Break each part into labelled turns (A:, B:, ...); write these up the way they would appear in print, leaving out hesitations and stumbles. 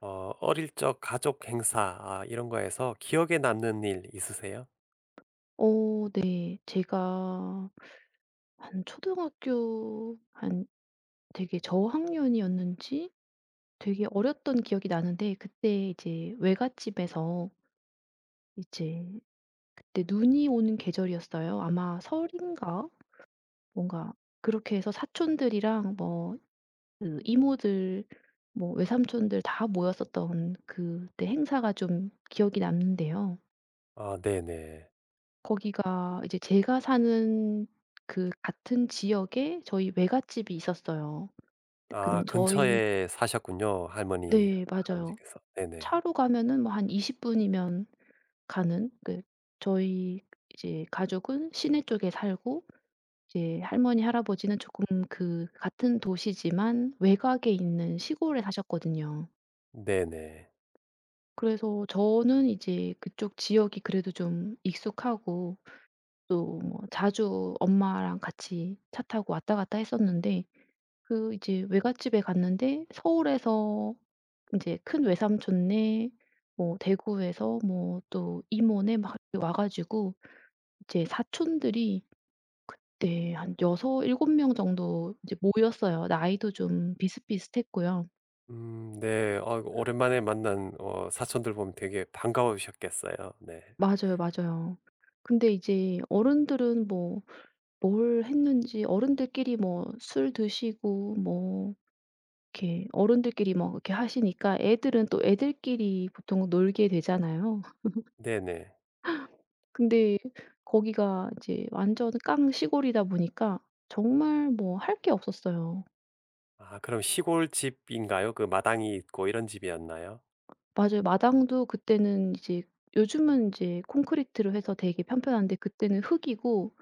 A: 어, 어릴 적 가족 행사, 아, 이런 거에서 기억에 남는 일 있으세요?
B: 어 네. 제가 한 초등학교 한 되게 저학년이었는지 되게 어렸던 기억이 나는데, 그때 이제 외갓집에서 이제 그때 눈이 오는 계절이었어요. 아마 설인가 뭔가 그렇게 해서 사촌들이랑 뭐그 이모들 뭐 외삼촌들 다 모였었던 그때 행사가 좀 기억이 남는데요.
A: 아, 네네.
B: 거기가 이제 제가 사는 그 같은 지역에 저희 외갓집이 있었어요.
A: 아,
B: 근 저희
A: 근처에 사셨군요. 할머니,
B: 네 맞아요.
A: 할아버지께서. 네네.
B: 차로 가면은 뭐 한 20분 분이면 가는 그 저희 이제 가족은 시내 쪽에 살고, 이제 할머니, 할아버지는 조금 그 같은 도시지만 외곽에 있는 시골에 사셨거든요.
A: 네네.
B: 그래서 저는 이제 그쪽 지역이 그래도 좀 익숙하고 또 뭐 자주 엄마랑 같이 차 타고 왔다 갔다 했었는데, 그 이제 외갓집에 갔는데 서울에서 인제 큰 외삼촌네, 뭐 대구에서 뭐 또 이모네 막 이렇게 와 가지고 이제 사촌들이 네 한 6-7명 정도 이제 모였어요. 나이도 좀 비슷비슷했고요.
A: 네. 어, 오랜만에 만난 어, 사촌들 보면 되게 반가우셨겠어요. 네.
B: 맞아요, 맞아요. 근데 이제 어른들은 뭐 뭘 했는지 어른들끼리 뭐 술 드시고 뭐 이렇게 어른들끼리 막 이렇게 하시니까 애들은 또 애들끼리 보통 놀게 되잖아요.
A: 네네.
B: 근데 거기가 이제 완전 깡 시골이다 보니까 정말 뭐 할 게 없었어요.
A: 아, 그럼 시골집인가요? 그 마당이 있고 이런 집이었나요?
B: 맞아요. 마당도 그때는 이제 요즘은 이제 콘크리트로 해서 되게 편편한데 그때는 흙이고,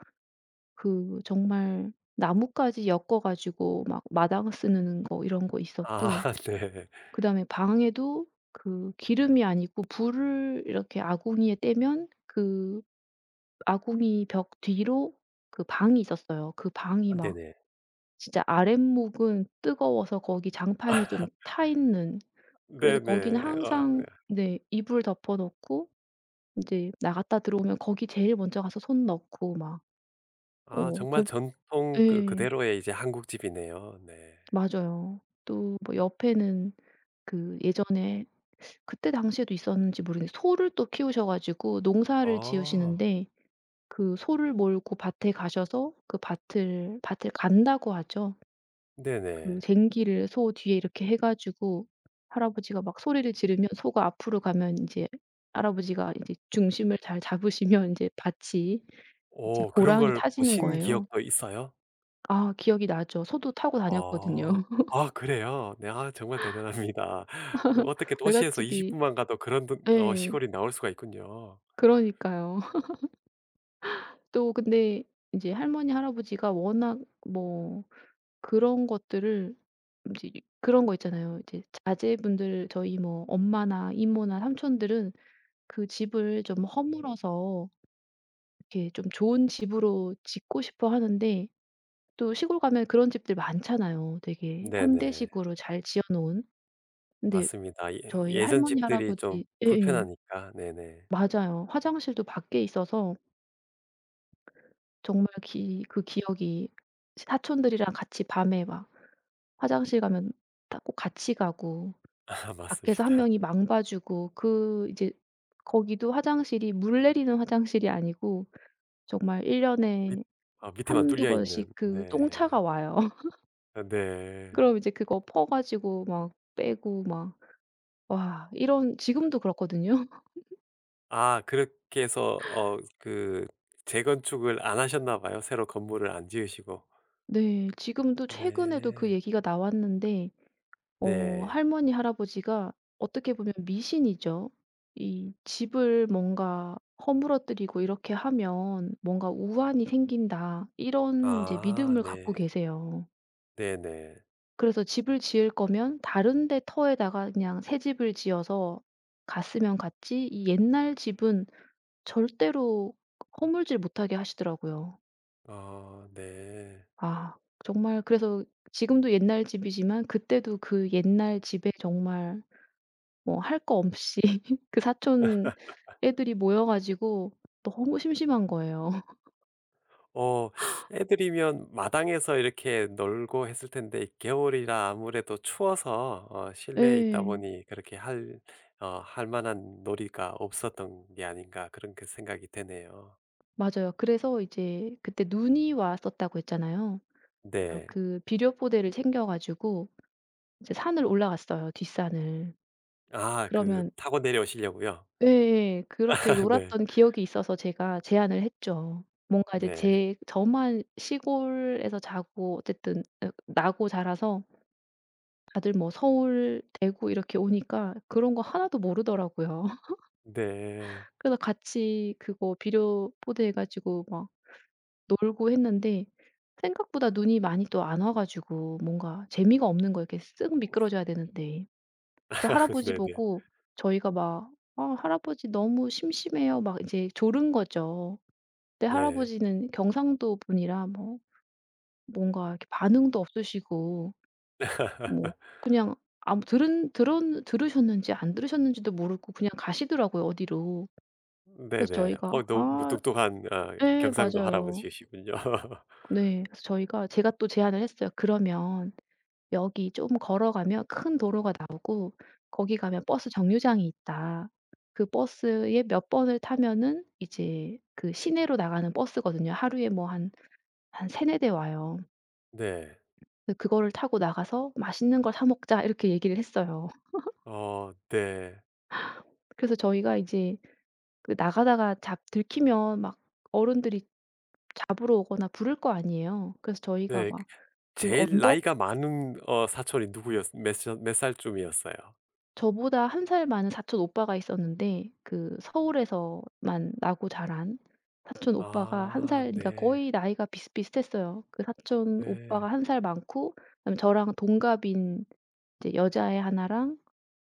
B: 그 정말 나뭇가지 엮어 가지고 막 마당 쓰는 거 이런 거 있었고,
A: 아, 네.
B: 그다음에 방에도 그 기름이 아니고 불을 이렇게 아궁이에 떼면 그 아궁이 벽 뒤로 그 방이 있었어요. 그 방이
A: 아,
B: 막
A: 네네.
B: 진짜 아랫목은 뜨거워서 거기 장판이 좀 타 있는, 그래서
A: 네네.
B: 거기는
A: 어,
B: 항상 네 이불 덮어 놓고 인제 나갔다 들어오면 거기 제일 먼저 가서 손 넣고 막
A: 아,
B: 어
A: 정말
B: 고
A: 전통 그
B: 예.
A: 그대로의 이제 한국집이네요. 네.
B: 맞아요. 또 뭐 옆에는 그 예전에 그때 당시에도 있었는지 모르겠는데 소를 또 키우셔 가지고 농사를
A: 아.
B: 지으시는데, 그 소를 몰고 밭에 가셔서 그 밭을 간다고 하죠. 그
A: 네네.
B: 쟁기를 소 뒤에 이렇게 해 가지고 할아버지가 막 소리를 지르면 소가 앞으로 가면 이제 할아버지가 이제 중심을 잘 잡으시면 이제 밭이 이제
A: 오, 그런
B: 고랑이
A: 걸
B: 타지는
A: 보신
B: 거예요.
A: 기억도 있어요?
B: 아 기억이 나죠. 소도 타고 다녔거든요.
A: 어. 아, 그래요? 네, 아, 정말 대단합니다. 어떻게 도시에서 20분
B: 외갓집이
A: 분만 가도 그런 어,
B: 예.
A: 시골이 나올 수가 있군요.
B: 그러니까요. 또 근데 이제 할머니, 할아버지가 워낙 뭐 그런 것들을 이제, 그런 거 있잖아요. 이제 자제분들 저희 뭐 엄마나 이모나 삼촌들은 그 집을 좀 허물어서 이렇게 좀 좋은 집으로 짓고 싶어 하는데, 또 시골 가면 그런 집들 많잖아요. 되게
A: 네네.
B: 현대식으로 잘 지어 놓은. 근데
A: 맞습니다. 예,
B: 저희
A: 예전
B: 할머니, 네.
A: 집들이 좀
B: 할아버지 예예.
A: 불편하니까. 네네.
B: 맞아요. 화장실도 밖에 있어서 정말 기 그 기억이 사촌들이랑 같이 밤에 막 화장실 가면 다 꼭 같이 가고
A: 아,
B: 밖에서 한
A: 맞습니다.
B: 명이 망봐 주고, 그 이제 거기도 화장실이 물 내리는 화장실이 아니고 정말 1년
A: 밑
B: 년에
A: 어, 밑에만
B: 한두
A: 뚫려
B: 번씩
A: 있는.
B: 그
A: 네.
B: 똥차가 와요.
A: 아, 네.
B: 그럼 이제 그거 퍼 가지고 막 빼고 막, 와, 이런 지금도 그렇거든요.
A: 아, 그렇게 해서 어, 그, 재건축을 안 하셨나 봐요. 새로 건물을 안 지으시고.
B: 네. 지금도 최근에도 그
A: 네.
B: 얘기가 나왔는데 어
A: 네.
B: 할머니 할아버지가 어떻게 보면 미신이죠. 이 집을 뭔가 허물어뜨리고 이렇게 하면 뭔가 '우환이 생긴다.' 이런 이제
A: 아,
B: 믿음을
A: 네.
B: 갖고 계세요.
A: 네네.
B: 그래서 집을 지을 거면 다른 데 터에다가 그냥 새 집을 지어서 갔으면 갔지 이 옛날 집은 절대로 허물질 못하게 하시더라고요.
A: 아, 네.
B: 아 정말, 그래서 지금도 옛날 집이지만 그때도 그 옛날 집에 정말 뭐 할 거 없이 그 사촌 애들이 모여 가지고 너무 심심한 거예요.
A: 어, 애들이면 마당에서 이렇게 놀고 했을 텐데 겨울이라 아무래도 추워서 어, 실내에 있다
B: 예.
A: 보니 그렇게 할 만한 놀이가 없었던 게 아닌가 그런 그 생각이 드네요.
B: 맞아요. 그래서 이제 그때 눈이 왔었다고 했잖아요. 그래서
A: 네.
B: 그 비료 포대를 챙겨 가지고 이제 산을 올라갔어요, 뒷산을.
A: 아, 그
B: 그러면
A: 타고 내려오시려고요?
B: 예예. 그렇게
A: 네.
B: 놀았던 기억이 있어서 제가 제안을 했죠. 뭔가 이제
A: 네.
B: 제 저만 시골에서 자고 어쨌든 어 나고 자라서 다들 뭐 서울, 대구 이렇게 오니까 그런 거 하나도 모르더라고요.
A: 네.
B: 그래서 같이 그거 비료 포대해 가지고 막 놀고 했는데 생각보다 눈이 많이 또 안 와 가지고 뭔가 재미가 없는 거예요. 이렇게 쓱 미끄러져야 되는데. 그 할아버지
A: 네네.
B: 보고 저희가 막 "아 할아버지 너무 심심해요." 막 이제 조른 거죠. 근데
A: 네.
B: 할아버지는 경상도 분이라 뭐 뭔가 이렇게 반응도 없으시고 뭐 그냥 아무 들은 들은 들으셨는지 안 들으셨는지도 모르고 그냥 가시더라고요 어디로. 그래서
A: 네네. 어,
B: 저희가
A: 너무
B: 아
A: 무뚝뚝한 아,
B: 예
A: 경상도
B: 맞아요.
A: 할아버지이시군요.
B: 네. 그래서 저희가 제가 또 제안을 했어요. "그러면 여기 좀 걸어가면 큰 도로가 나오고 거기 가면 버스 정류장이 있다. 그 버스에 몇 번을 타면은 이제 그 시내로 나가는 버스거든요. 하루에 뭐 한 세네 대 와요.
A: 네.
B: 근데 그거를 타고 나가서 맛있는 걸 사 먹자." 이렇게 얘기를 했어요.
A: 어, 네.
B: 그래서 저희가 이제 그 나가다가 잡 들키면 막 어른들이 잡으러 오거나 부를 거 아니에요. 그래서 저희가
A: 네. 그,
B: 막 그
A: 제일
B: 언덕,
A: 나이가 많은 어, 사촌이 누구였 몇 살 몇 살쯤이었어요?
B: 저보다 한 살 많은 사촌 오빠가 있었는데, 그 서울에서만 나고 자란 사촌 오빠가 한
A: 아,
B: 살 그러니까
A: 네.
B: 거의 나이가 비슷비슷했어요. 그 사촌
A: 네.
B: 오빠가 한 살 많고 그다음에 저랑 동갑인 이제 여자애 하나랑,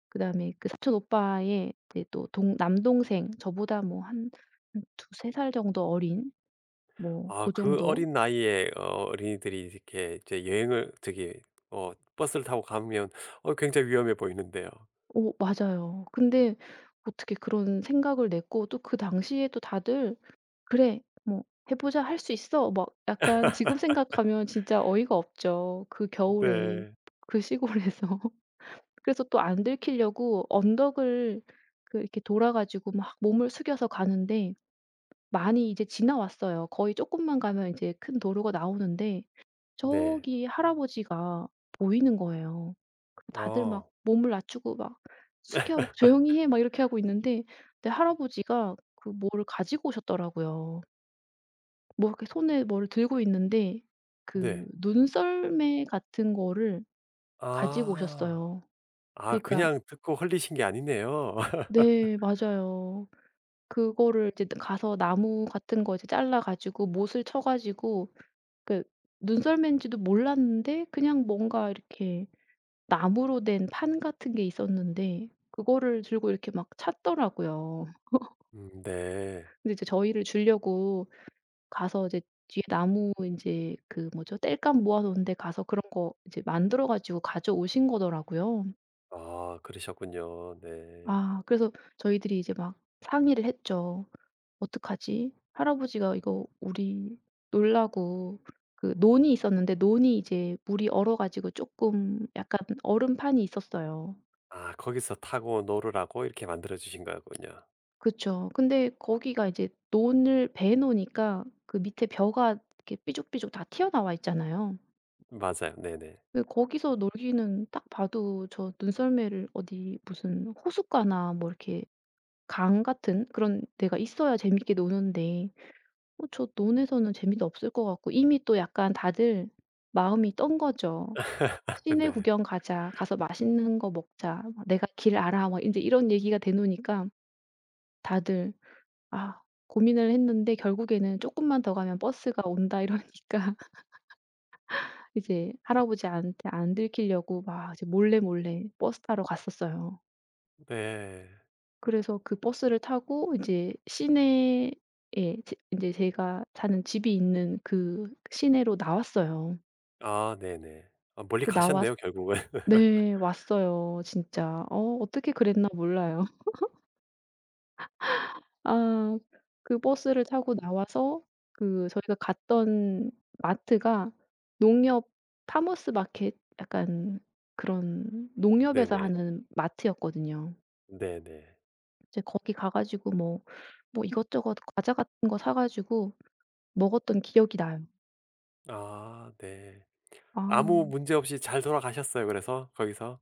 B: 그다음에 그 사촌 오빠의 이제 또 동 남동생 저보다 뭐 한한세살 정도 어린, 뭐
A: 아,
B: 고
A: 그
B: 정도.
A: 어린 나이에 어, 어린이들이 이렇게 이제 여행을 저기 어, 버스를 타고 가면 어, 굉장히 위험해 보이는데요.
B: 오 맞아요. 근데 어떻게 그런 생각을 냈고 또 그 당시에 또 다들 "그래. 뭐 해 보자. 할 수 있어." 막 약간 지금 생각하면 진짜 어이가 없죠. 그 겨울에
A: 네.
B: 그 시골에서. 그래서 또 안 들키려고 언덕을 그 이렇게 돌아 가지고 막 몸을 숙여서 가는데 많이 이제 지나왔어요. 거의 조금만 가면 이제 큰 도로가 나오는데
A: 네.
B: 저기 할아버지가 보이는 거예요. 그 다들 막
A: 어.
B: 몸을 낮추고 막 "숙여." 막 "조용히 해." 막 이렇게 하고 있는데 내 할아버지가 그 뭐를 가지고 오셨더라고요. 뭐 이렇게 손에 뭐를 들고 있는데 그
A: 네.
B: 눈썰매 같은 거를 가지고
A: 아.
B: 오셨어요.
A: 아,
B: 그러니까
A: 그냥 듣고 흘리신 게 아니네요.
B: 네 맞아요. 그거를 이제 가서 나무 같은 거 이제 잘라 가지고 못을 쳐 가지고 그, 눈썰매인지도 몰랐는데 그냥 뭔가 이렇게 나무로 된 판 같은 게 있었는데 그거를 들고 이렇게 막 찾더라고요.
A: 음, 네.
B: 근데 이제 저희를 주려고 가서 이제 뒤에 나무 인제 그 뭐죠? 땔감 모아 놓은 데 가서 그런 거 이제 만들어 가지고 가져오신 거더라고요.
A: 아, 그러셨군요. 네.
B: 아 그래서 저희들이 이제 막 상의를 했죠. "어떡하지? 할아버지가 이거 우리 놀라고." 그 논이 있었는데 논이 이제 물이 얼어 가지고 쪼끔 약간 얼음판이 있었어요.
A: 아, 거기서 타고 놀으라고 이렇게 만들어 주신 거군요.
B: 그쵸. 근데 거기가 이제 논을 베 놓으니까 그 밑에 벼가 이렇게 삐죽삐죽 다 튀어나와 있잖아요.
A: 맞아요. 네네.
B: 네 거기서 놀기는 딱 봐도 저 눈썰매를 어디 무슨 호숫가나 뭐 이렇게 강 같은 그런 데가 있어야 재밌게 노는데, 어 저 논에서는 재미도 없을 것 같고 이미 또 약간 다들 마음이 떤 거죠. "시내
A: 네.
B: 구경 가자. 가서 맛있는 거 먹자. 막 내가 길 알아." 막제 이런 얘기가 되노니까 다들 아 고민을 했는데 결국에는 조금만 더 가면 버스가 온다." 이러니까 이제 할아버지한테 안 들키려고 막 이제 몰래 몰래 버스 타러 갔었어요.
A: 네.
B: 그래서 그 버스를 타고 이제 시내에, 제제 제가 사는 집이 있는 그 시내로 나왔어요.
A: 아, 네네. 아, 멀리
B: 그 나왔
A: 가셨네요 결국은.
B: 네 왔어요 진짜. 어 어떻게 그랬나 몰라요. 아 그 버스를 타고 나와서 그 저희가 갔던 마트가, 농협 파머스 마켓 약간 그런 농협에서
A: 네네.
B: 하는 마트였거든요.
A: 네네.
B: 이제 거기 가 가지고 뭐 뭐 이것저것 과자 같은 거 사 가지고 먹었던 기억이 나요.
A: 아, 네. 아무
B: 아.
A: 문제 없이 잘 돌아가셨어요 그래서 거기서?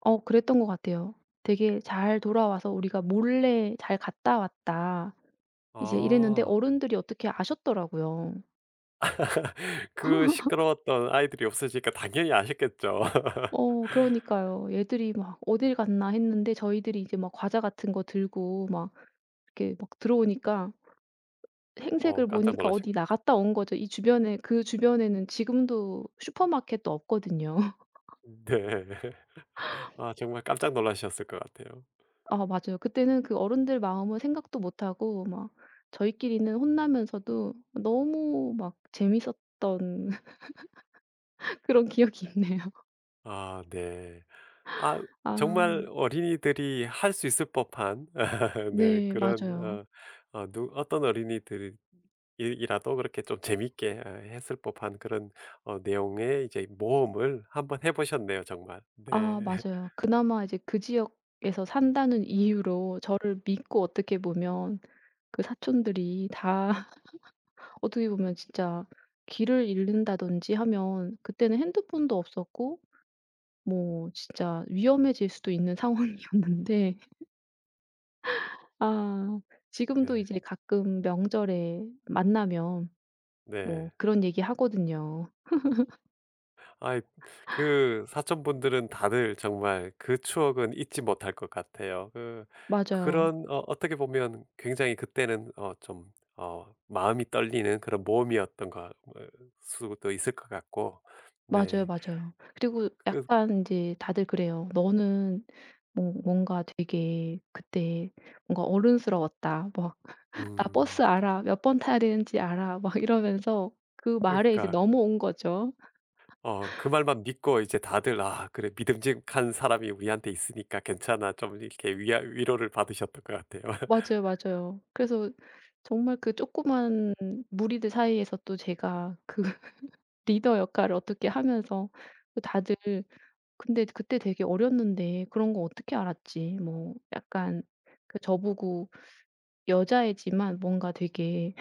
B: 어 그랬던 것 같아요. 되게 잘 돌아와서 "우리가 몰래 잘 갔다 왔다." 이제 이랬는데
A: 아.
B: 어른들이 어떻게 아셨더라고요.
A: 그 시끄러웠던 아이들이 없어지니까 당연히 아셨겠죠.
B: 어 그러니까요. 애들이 막 "어딜 갔나." 했는데 저희들이 이제 막 과자 같은 거 들고 막 이렇게 막 들어오니까
A: 어
B: 행색을
A: 깜짝
B: 보니까
A: 놀라셨겠
B: 어디 나갔다 온 거죠. 이 주변에 그 주변에는 지금도 슈퍼마켓도 없거든요.
A: 네. 아, 정말 깜짝 놀라셨을 것 같아요.
B: 아 맞아요. 그때는 그 어른들 마음을 생각도 못 하고 막 저희끼리는 혼나면서도 너무 막 재밌었던 그런 기억이 있네요.
A: 아, 네. 아,
B: 아
A: 정말 어린이들이 할 수 있을 법한 네,
B: 네
A: 그런
B: 맞아요.
A: 어, 어, 누 어떤 어린이들이 이라도 그렇게 좀 재밌게 아, 했을 법한 그런 어, 내용의 이제 모험을 한번 해 보셨네요 정말. 네.
B: 아 맞아요. 그나마 이제 그 지역에서 산다는 이유로 저를 믿고 어떻게 보면 그 사촌들이 다 어떻게 보면 진짜 길을 잃는다든지 하면, 그때는 핸드폰도 없었고 뭐 진짜 위험해질 수도 있는 상황이었는데. 아 지금도
A: 네.
B: 이제 가끔 명절에 만나면
A: 네.
B: 뭐 그런 얘기 하거든요.
A: 아이, 그 사촌분들은 다들 정말 그 추억은 잊지 못할 것 같아요. 그,
B: 맞아요.
A: 그런 어, 어떻게 보면 굉장히 그때는 어, 좀 어, 마음이 떨리는 그런 모험이었던 거 어, 수도 있을 것 같고.
B: 맞아요,
A: 네.
B: 맞아요. 그리고
A: 그,
B: 약간 이제 다들 그래요. "너는 뭐 뭔가 되게 그때 뭔가 어른스러웠다." 막 "나
A: 음,
B: 버스 알아. 몇 번 타야 되는지 알아." 막 이러면서 그 말에 이제
A: 그러니까
B: 넘어온 거죠.
A: 어, 그 말만 믿고 이제 다들 '아, 그래, 믿음직한 사람이 우리한테 있으니까 괜찮아.' 좀 이렇게 위아 위로를 받으셨던 것 같아요.
B: 맞아요, 맞아요. 그래서 정말 그 조그만 무리들 사이에서 또 제가 그 리더 역할을 어떻게 하면서 그 다들, 근데 그때 되게 어렸는데 그런 거 어떻게 알았지. 뭐 약간 그 저보고 "여자애지만 뭔가 되게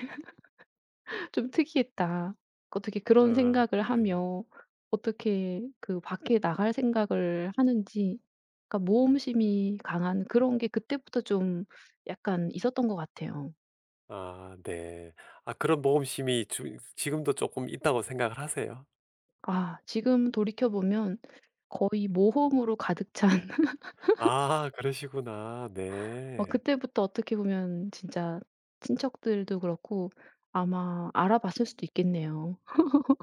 B: 좀 특이했다." 어떻게 그런
A: 어.
B: 생각을
A: 네.
B: 하며 어떻게 그 밖에 나갈 생각을 하는지. 그러니까 모험심이 강한 그런 게 그때부터 좀 약간 있었던 것 같아요.
A: 아, 네. 아, 그런 모험심이 주 지금도 조금 있다고 생각을 하세요?
B: 아 지금 돌이켜 보면 거의 모험으로 가득 찬,
A: 아, 그러시구나.
B: 어
A: 네.
B: 그때부터 어떻게 보면 진짜 친척들도 그렇고 아마 알아봤을 수도 있겠네요.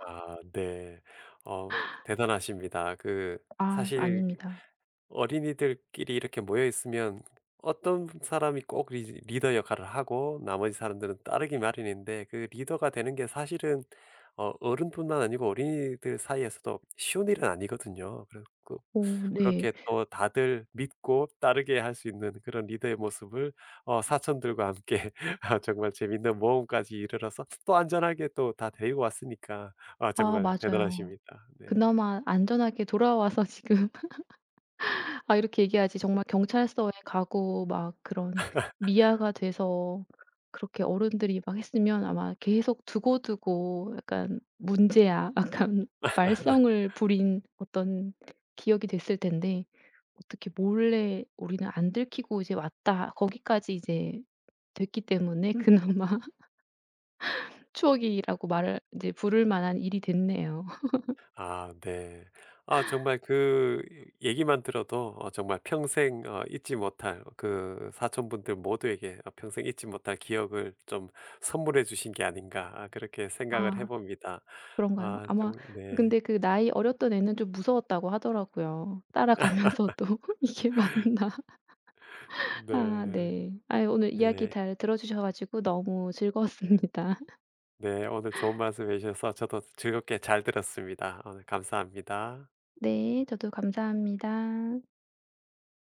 A: 아, 네. 어, 대단하십니다. 그,
B: 아
A: 사실
B: 아닙니다.
A: 어린이들끼리 이렇게 모여 있으면 어떤 사람이 꼭 리더 역할을 하고 나머지 사람들은 따르기 마련인데 그 리더가 되는 게 사실은 어, 어른뿐만 아니고 어린이들 사이에서도 쉬운 일은 아니거든요. 그렇고
B: 오 네.
A: 그렇게 또 다들 믿고 따르게 할 수 있는 그런 리더의 모습을 어, 사촌들과 함께 아, 정말 재밌는 모험까지 이르러서 또 안전하게 또 다 데리고 왔으니까 아,
B: 아
A: 정말
B: 맞아요.
A: 대단하십니다. 네.
B: 그나마 안전하게 돌아와서 지금 아 이렇게 얘기해야지. 정말 경찰서에 가고 막 그런 미아가 돼서 그렇게 어른들이 막 했으면 아마 계속 두고두고 약간 문제야 약간 말썽을 부린 어떤 기억이 됐을 텐데, 어떻게 몰래 '우리는 안 들키고 이제 왔다.' 거기까지 이제 됐기 때문에 그나마 추억이라고 말을 이제 부를 만한 일이 됐네요.
A: 아, 네. 아, 정말 그, 얘기만 들어도 어, 정말 평생 어, 잊지 못할 그 사촌분들 모두에게 어, 평생 잊지 못할 기억을 좀 선물해 주신 게 아닌가, 아, 그렇게 생각을 해
B: 아.
A: 봅니다.
B: 그런가요?
A: 아,
B: 아마
A: 정 네.
B: 근데 그 나이 어렸던 애는 좀 무서웠다고 하더라고요. 따라가면서도 '이게 맞나?' 아
A: 네.
B: 네. 아유 오늘 이야기
A: 네.
B: 잘 들어 주셔 가지고 너무 즐거웠습니다.
A: 네. 오늘 좋은 말씀해 주셔서 저도 즐겁게 잘 들었습니다. 오늘 감사합니다.
B: 네. 저도 감사합니다.